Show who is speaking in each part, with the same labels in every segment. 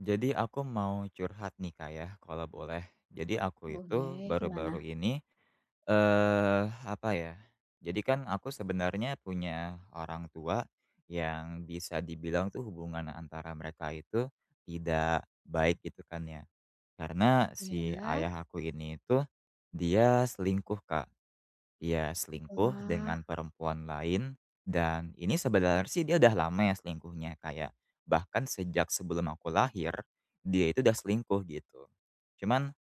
Speaker 1: Jadi aku mau curhat nih, Kak, ya, kalau boleh. Jadi aku itu
Speaker 2: Boleh, gimana?
Speaker 1: baru-baru ini, apa ya, jadi kan aku sebenarnya punya orang tua yang bisa dibilang tuh hubungan antara mereka itu tidak baik gitu kan ya. Karena si
Speaker 2: Ya.
Speaker 1: ayah aku ini itu dia selingkuh, Kak. Iya, selingkuh
Speaker 2: Wah.
Speaker 1: dengan perempuan lain, dan ini sebenarnya sih dia udah lama ya selingkuhnya, kayak bahkan sejak sebelum aku lahir, dia itu udah selingkuh gitu. Cuman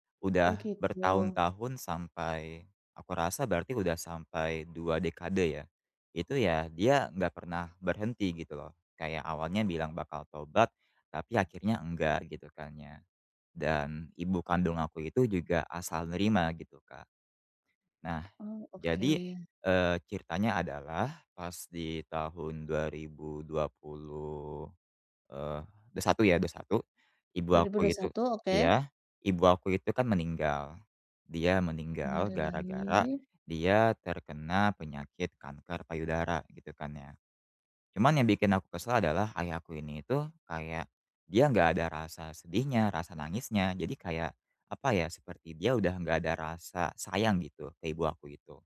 Speaker 2: Oh
Speaker 1: udah
Speaker 2: gitu.
Speaker 1: bertahun-tahun sampai aku rasa berarti udah sampai 2 dekade ya. Itu ya dia nggak pernah berhenti gitu loh. Kayak awalnya bilang bakal tobat, tapi akhirnya enggak gitu kan ya. Dan ibu kandung aku itu juga asal nerima gitu, Kak. Nah
Speaker 2: Oh, oke.
Speaker 1: jadi, ceritanya adalah pas di tahun 2020, satu ya, dua puluh satu, ibu
Speaker 2: dua ribu
Speaker 1: aku
Speaker 2: dua ribu
Speaker 1: itu,
Speaker 2: satu oke.
Speaker 1: iya, ibu aku itu kan meninggal. Dia meninggal gara-gara
Speaker 2: Innalillahi.
Speaker 1: dia terkena penyakit kanker payudara gitu kan ya. Cuman yang bikin aku kesel adalah ayahku ini itu kayak dia nggak ada rasa sedihnya, rasa nangisnya. Jadi kayak, apa ya, seperti dia udah nggak ada rasa sayang gitu ke ibu aku itu.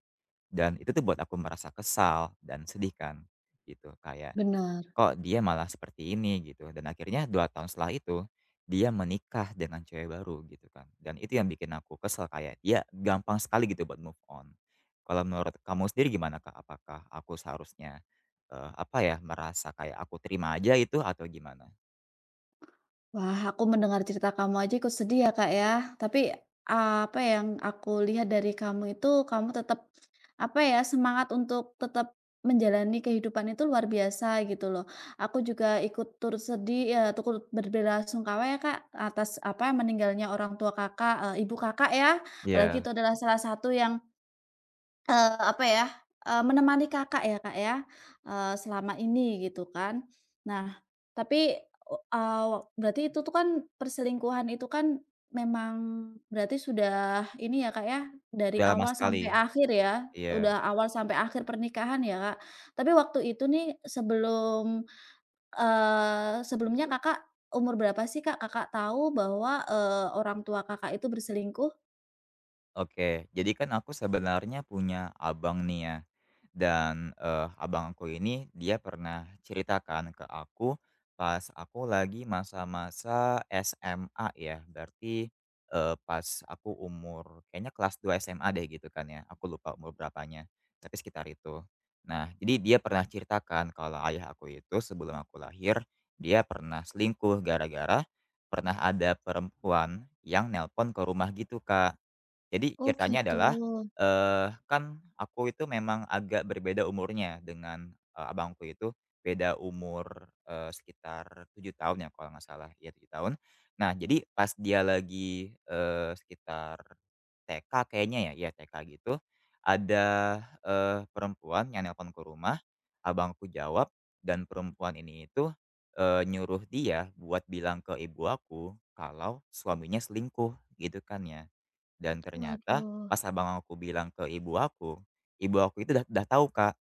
Speaker 1: Dan itu tuh buat aku merasa kesal dan sedih kan, gitu. Kayak,
Speaker 2: Benar.
Speaker 1: kok dia malah seperti ini gitu, dan akhirnya 2 tahun setelah itu, dia menikah dengan cewek baru gitu kan, dan itu yang bikin aku kesel kayak dia gampang sekali gitu buat move on. Kalau menurut kamu sendiri gimana, Kak? Apakah aku seharusnya, apa ya, merasa kayak aku terima aja itu atau gimana?
Speaker 2: Wah, aku mendengar cerita kamu aja ikut sedih ya, Kak, ya. Tapi, apa yang aku lihat dari kamu itu, kamu tetap, semangat untuk tetap menjalani kehidupan itu luar biasa gitu loh. Aku juga ikut turut sedih, ya turut berbelasungkawa ya, Kak, atas, apa, meninggalnya orang tua Kakak, ibu Kakak ya. Apalagi
Speaker 1: Iya.
Speaker 2: itu adalah salah satu yang Eee, apa ya, eee, menemani Kakak ya, Kak, ya, selama ini gitu kan. Nah, tapi, o eee, berarti itu tuh kan perselingkuhan itu kan memang berarti sudah ini ya, Kak, ya, dari
Speaker 1: Udah lama
Speaker 2: awal sampai
Speaker 1: sekali,
Speaker 2: akhir ya,
Speaker 1: iya.
Speaker 2: udah awal sampai akhir pernikahan ya, Kak. Tapi waktu itu nih sebelum, sebelumnya Kakak umur berapa sih, Kak, Kakak tahu bahwa, orang tua Kakak itu berselingkuh?
Speaker 1: Oke, jadi kan aku sebenarnya punya abang nih ya. Dan, abang aku ini dia pernah ceritakan ke aku pas aku lagi masa-masa SMA ya, berarti, pas aku umur kayaknya kelas 2 SMA deh gitu kan ya, aku lupa umur berapanya, tapi sekitar itu. Nah, jadi dia pernah ceritakan kalau ayah aku itu sebelum aku lahir, dia pernah selingkuh gara-gara pernah ada perempuan yang nelpon ke rumah gitu, Kak. Jadi
Speaker 2: Oh
Speaker 1: ceritanya
Speaker 2: gitu.
Speaker 1: adalah, kan aku itu memang agak berbeda umurnya dengan, abangku itu beda umur, sekitar 7 tahun ya kalau nggak salah, ya 7 tahun. Nah jadi pas dia lagi, sekitar TK kayaknya ya, iya TK gitu, ada, perempuan yang nelpon ke rumah, abangku jawab dan perempuan ini itu, nyuruh dia buat bilang ke ibu aku kalau suaminya selingkuh gitu kan ya. Dan ternyata
Speaker 2: Waduh.
Speaker 1: pas abang aku bilang ke ibu aku itu dah dah tahu, Kak.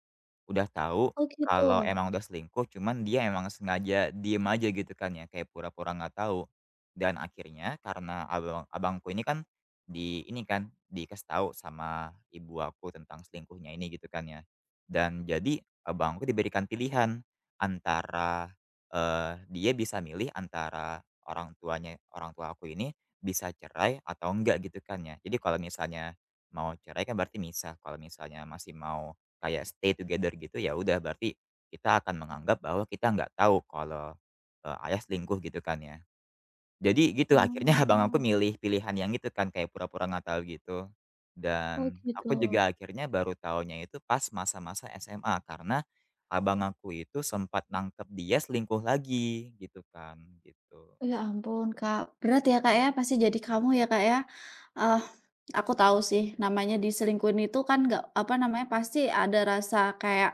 Speaker 1: Udah tahu
Speaker 2: Oh gitu.
Speaker 1: kalau emang udah selingkuh, cuman dia emang sengaja diem aja gitu kan ya, kayak pura-pura nggak tahu. Dan akhirnya karena abangku ini kan ini kan, dikasih tahu sama ibu aku tentang selingkuhnya ini gitu kan ya. Dan jadi abangku diberikan pilihan antara, dia bisa milih antara orang tua aku ini bisa cerai atau enggak gitu kan ya. Jadi kalau misalnya mau cerai kan berarti misah, kalau misalnya masih mau kayak stay together gitu, ya udah berarti kita akan menganggap bahwa kita nggak tahu kalau, ayah selingkuh gitu kan ya. Jadi gitu akhirnya abang aku
Speaker 2: Oh,
Speaker 1: milih pilihan yang itu kan kayak pura-pura nggak tahu gitu,
Speaker 2: oh
Speaker 1: dan aku
Speaker 2: gitu.
Speaker 1: juga akhirnya baru tahunya itu pas masa-masa SMA karena abang aku itu sempat nangkep dia selingkuh lagi gitu kan, gitu.
Speaker 2: Ya ampun Kak, berat ya Kak ya, pasti jadi kamu ya Kak ya. Eh, aku tahu sih namanya diselingkuhin itu kan nggak apa namanya pasti ada rasa kayak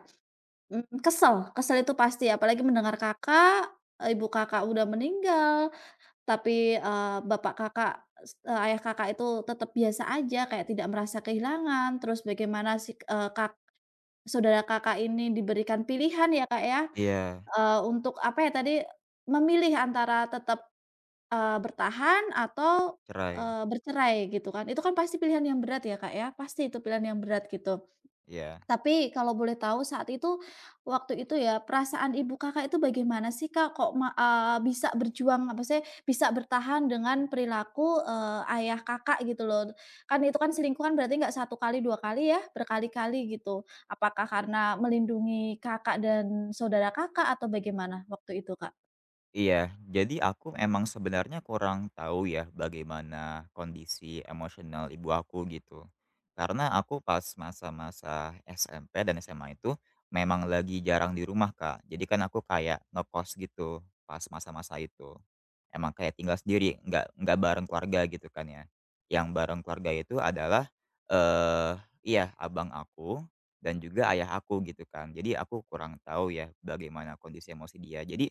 Speaker 2: kesel itu pasti. Apalagi mendengar kakak, ibu kakak udah meninggal, tapi bapak kakak, ayah kakak itu tetap biasa aja, kayak tidak merasa kehilangan. Terus bagaimana si kak, saudara kakak ini diberikan pilihan ya Kak ya.
Speaker 1: Iya,
Speaker 2: Untuk apa ya tadi, memilih antara tetap, bertahan atau,
Speaker 1: cerai,
Speaker 2: bercerai gitu kan. Itu kan pasti pilihan yang berat ya Kak ya, pasti itu pilihan yang berat gitu.
Speaker 1: iya.
Speaker 2: Tapi kalau boleh tahu saat itu, waktu itu ya, perasaan ibu Kakak itu bagaimana sih, Kak? Bisa berjuang, apa sih bisa bertahan dengan perilaku, ayah Kakak gitu loh. Kan itu kan selingkuhan berarti nggak satu kali, 2 kali ya, berkali-kali gitu. Apakah karena melindungi Kakak dan saudara Kakak atau bagaimana waktu itu, Kak?
Speaker 1: Iya, jadi aku emang sebenarnya kurang tahu ya bagaimana kondisi emosional ibu aku gitu. Karena aku pas masa-masa SMP dan SMA itu memang lagi jarang di rumah, Kak. Jadi kan aku kayak ngekos gitu pas masa-masa itu. Emang kayak tinggal sendiri, nggak bareng keluarga gitu kan ya. Yang bareng keluarga itu adalah, eee, iya abang aku dan juga ayah aku gitu kan. Jadi aku kurang tahu ya bagaimana kondisi emosi dia. Jadi,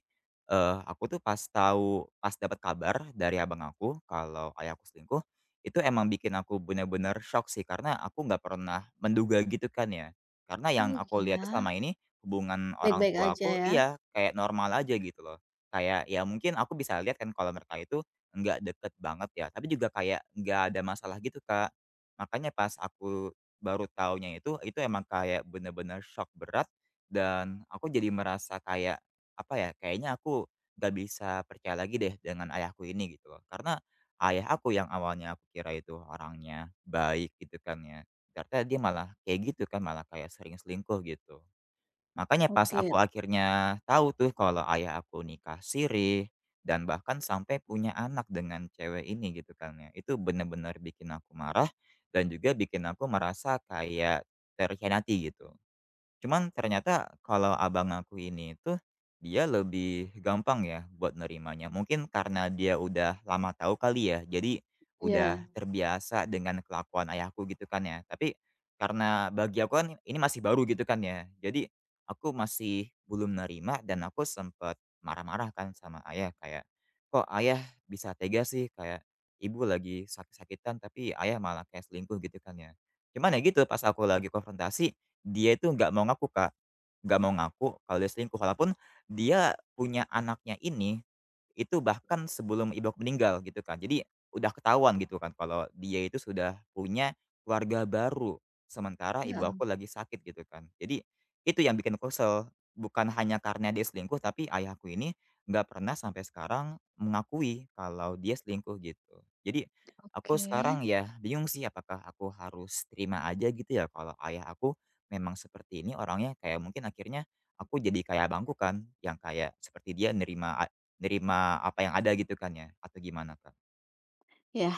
Speaker 1: aku tuh pas tahu pas dapat kabar dari abang aku kalau ayahku selingkuh, itu emang bikin aku bener-bener shock sih karena aku nggak pernah menduga gitu kan ya. Karena yang
Speaker 2: Oh,
Speaker 1: aku lihat tuh
Speaker 2: ya.
Speaker 1: selama ini hubungan orang
Speaker 2: Baik-baik
Speaker 1: tua
Speaker 2: aja
Speaker 1: aku
Speaker 2: ya?
Speaker 1: iya kayak normal aja gitu loh. Kayak, ya mungkin aku bisa lihat kan kalau mereka itu nggak deket banget ya, tapi juga kayak nggak ada masalah gitu, Kak. Makanya pas aku baru taunya itu emang kayak bener-bener shock berat dan aku jadi merasa kayak, apa ya, kayaknya aku nggak bisa percaya lagi deh dengan ayahku ini gitu loh. Karena ayah aku yang awalnya aku kira itu orangnya baik gitu kan ya, ternyata dia malah kayak gitu kan, malah kayak sering selingkuh gitu. Makanya pas
Speaker 2: Oke.
Speaker 1: aku akhirnya tahu tuh kalau ayah aku nikah siri, dan bahkan sampai punya anak dengan cewek ini gitu kan ya, itu bener-bener bikin aku marah, dan juga bikin aku merasa kayak terkhianati gitu. Cuman ternyata kalau abang aku ini tuh, dia lebih gampang ya buat nerimanya. Mungkin karena dia udah lama tahu kali ya, jadi udah
Speaker 2: Ya.
Speaker 1: terbiasa dengan kelakuan ayahku gitu kan ya. Tapi karena bagi aku kan ini masih baru gitu kan ya. Jadi aku masih belum nerima dan aku sempat marah-marah kan sama ayah kayak, "Kok ayah bisa tega sih?" Kayak, "Ibu lagi sakit-sakitan tapi ayah malah kayak selingkuh," gitu kan ya. Cuman ya gitu pas aku lagi konfrontasi dia itu nggak mau ngaku, Kak, nggak mau ngaku kalau dia selingkuh, walaupun dia punya anaknya ini, itu bahkan sebelum ibu aku meninggal gitu kan. Jadi udah ketahuan gitu kan kalau dia itu sudah punya keluarga baru, sementara ibu
Speaker 2: Ya,
Speaker 1: aku lagi sakit gitu kan. Jadi itu yang bikin aku kesel, bukan hanya karena dia selingkuh, tapi ayahku ini nggak pernah sampai sekarang mengakui kalau dia selingkuh gitu. Jadi aku
Speaker 2: oke.
Speaker 1: sekarang ya bingung sih apakah aku harus terima aja gitu ya kalau ayah aku memang seperti ini orangnya kayak mungkin akhirnya aku jadi kayak abangku kan, yang kayak seperti dia nerima nerima apa yang ada gitu kan ya, atau gimana kan?
Speaker 2: Ya,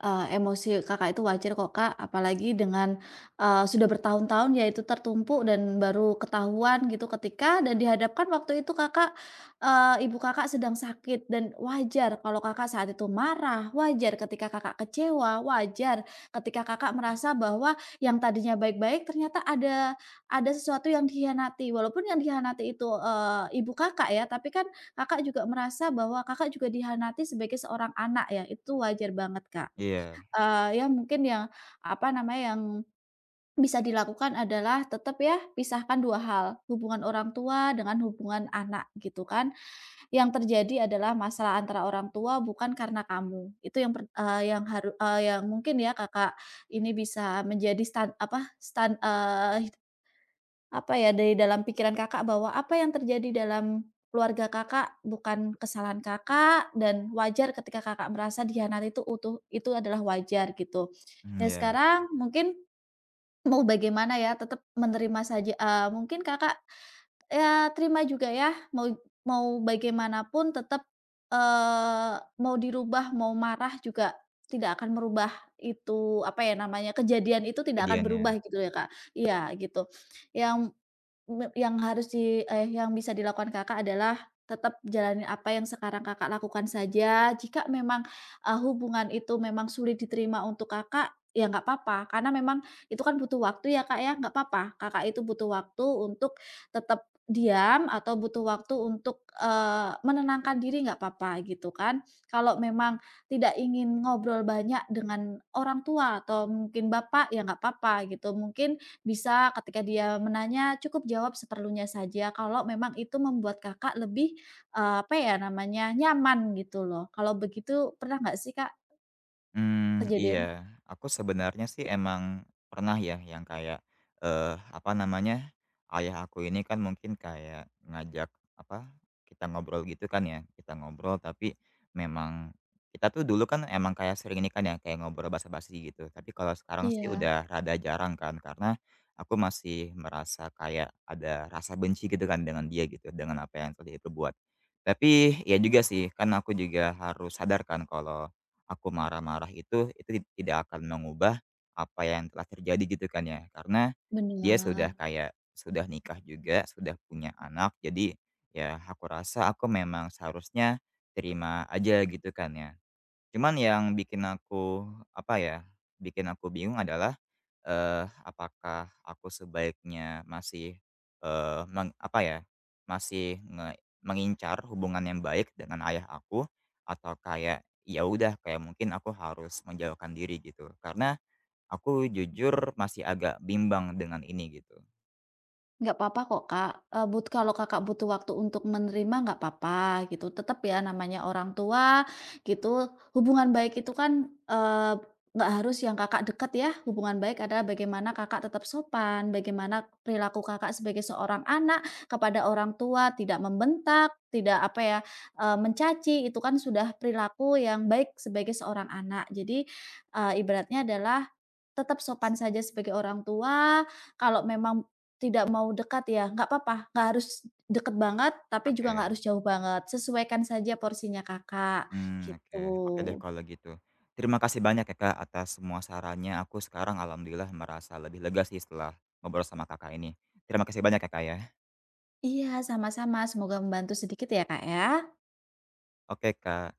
Speaker 2: emosi Kakak itu wajar kok, Kak. Apalagi dengan, sudah bertahun-tahun ya itu tertumpuk dan baru ketahuan gitu ketika dan dihadapkan waktu itu Kakak, ibu Kakak sedang sakit dan wajar kalau Kakak saat itu marah, wajar ketika Kakak kecewa, wajar ketika Kakak merasa bahwa yang tadinya baik-baik ternyata ada sesuatu yang dikhianati. Walaupun yang dikhianati itu, ibu Kakak ya, tapi kan Kakak juga merasa bahwa Kakak juga dihianati sebagai seorang anak ya, itu wajar banget, Kak.
Speaker 1: Iya,
Speaker 2: Ya mungkin yang, apa namanya, yang bisa dilakukan adalah tetap ya pisahkan 2 hal, hubungan orang tua dengan hubungan anak gitu kan. Yang terjadi adalah masalah antara orang tua bukan karena kamu. Itu yang yang yang mungkin ya Kakak ini bisa menjadi stan apa, stan eee apa ya, dari dalam pikiran Kakak bahwa apa yang terjadi dalam keluarga Kakak bukan kesalahan Kakak dan wajar ketika Kakak merasa dikhianati itu utuh itu adalah wajar gitu.
Speaker 1: mmm,
Speaker 2: Dan
Speaker 1: iya,
Speaker 2: sekarang mungkin mau bagaimana ya tetap menerima saja, mungkin Kakak, ya terima juga ya mau mau bagaimanapun tetap, eee, mau dirubah, mau marah juga tidak akan merubah itu, apa ya namanya, kejadian itu tidak akan
Speaker 1: kejadiannya.
Speaker 2: berubah gitu ya Kak. Iya gitu. Yang yang harus yang bisa dilakukan Kakak adalah tetap jalani apa yang sekarang Kakak lakukan saja. Jika memang, hubungan itu memang sulit diterima untuk Kakak, ya nggak apa-apa, karena memang itu kan butuh waktu ya, Kak, ya, nggak apa-apa. Kakak itu butuh waktu untuk tetap diam atau butuh waktu untuk, menenangkan diri nggak apa-apa gitu kan. Kalau memang tidak ingin ngobrol banyak dengan orang tua atau mungkin bapak, ya nggak apa-apa gitu. Mungkin, bisa ketika dia menanya, cukup jawab seperlunya saja kalau memang itu membuat Kakak lebih, apa ya namanya, nyaman gitu loh. Kalau begitu pernah nggak sih Kak
Speaker 1: Mmm,
Speaker 2: kejadian?
Speaker 1: iya. Aku sebenarnya sih emang pernah ya yang kayak, apa namanya, ayah aku ini kan mungkin kayak ngajak, apa, kita ngobrol gitu kan ya, kita ngobrol tapi memang kita tuh dulu kan emang kayak sering ini kan ya, kayak ngobrol basa-basi gitu. Tapi kalau sekarang sih
Speaker 2: Iya,
Speaker 1: udah rada jarang kan, karena aku masih merasa kayak ada rasa benci gitu kan dengan dia gitu, dengan apa yang telah dia perbuat. Tapi iya juga sih, kan aku juga harus sadar kan kalau aku marah-marah itu tidak akan mengubah apa yang telah terjadi gitu kan ya. Karena dia sudah
Speaker 2: benar.
Speaker 1: kayak sudah nikah juga, sudah punya anak, jadi ya aku rasa aku memang seharusnya terima aja gitu kan ya. Cuman yang bikin aku, apa ya, bikin aku bingung adalah, apakah aku sebaiknya masih, apa ya, masih mengincar hubungan yang baik dengan ayah aku atau kayak, ya udah kayak mungkin aku harus menjauhkan diri gitu. Karena aku jujur masih agak bimbang dengan ini gitu.
Speaker 2: Nggak apa-apa kok, Kak, but kalau Kakak butuh waktu untuk menerima nggak apa-apa gitu, tetap ya namanya orang tua gitu, hubungan baik itu kan, nggak harus yang Kakak deket ya, hubungan baik adalah bagaimana Kakak tetap sopan, bagaimana perilaku Kakak sebagai seorang anak kepada orang tua, tidak membentak, tidak apa ya, mencaci, itu kan sudah perilaku yang baik sebagai seorang anak. Jadi, ibaratnya adalah tetap sopan saja sebagai orang tua, kalau memang tidak mau dekat ya? Nggak apa-apa, nggak harus deket banget, tapi juga nggak
Speaker 1: Oke.
Speaker 2: harus jauh banget, sesuaikan saja porsinya Kakak,
Speaker 1: Hmm, oke. Oke deh
Speaker 2: gitu.
Speaker 1: kalau gitu. Terima kasih banyak ya, Kak, atas semua sarannya. Aku sekarang alhamdulillah merasa lebih lega sih setelah ngobrol sama Kakak ini. Terima kasih banyak ya, Kak, ya.
Speaker 2: Iya, sama-sama, semoga membantu sedikit ya, Kak, ya.
Speaker 1: Oke, Kak.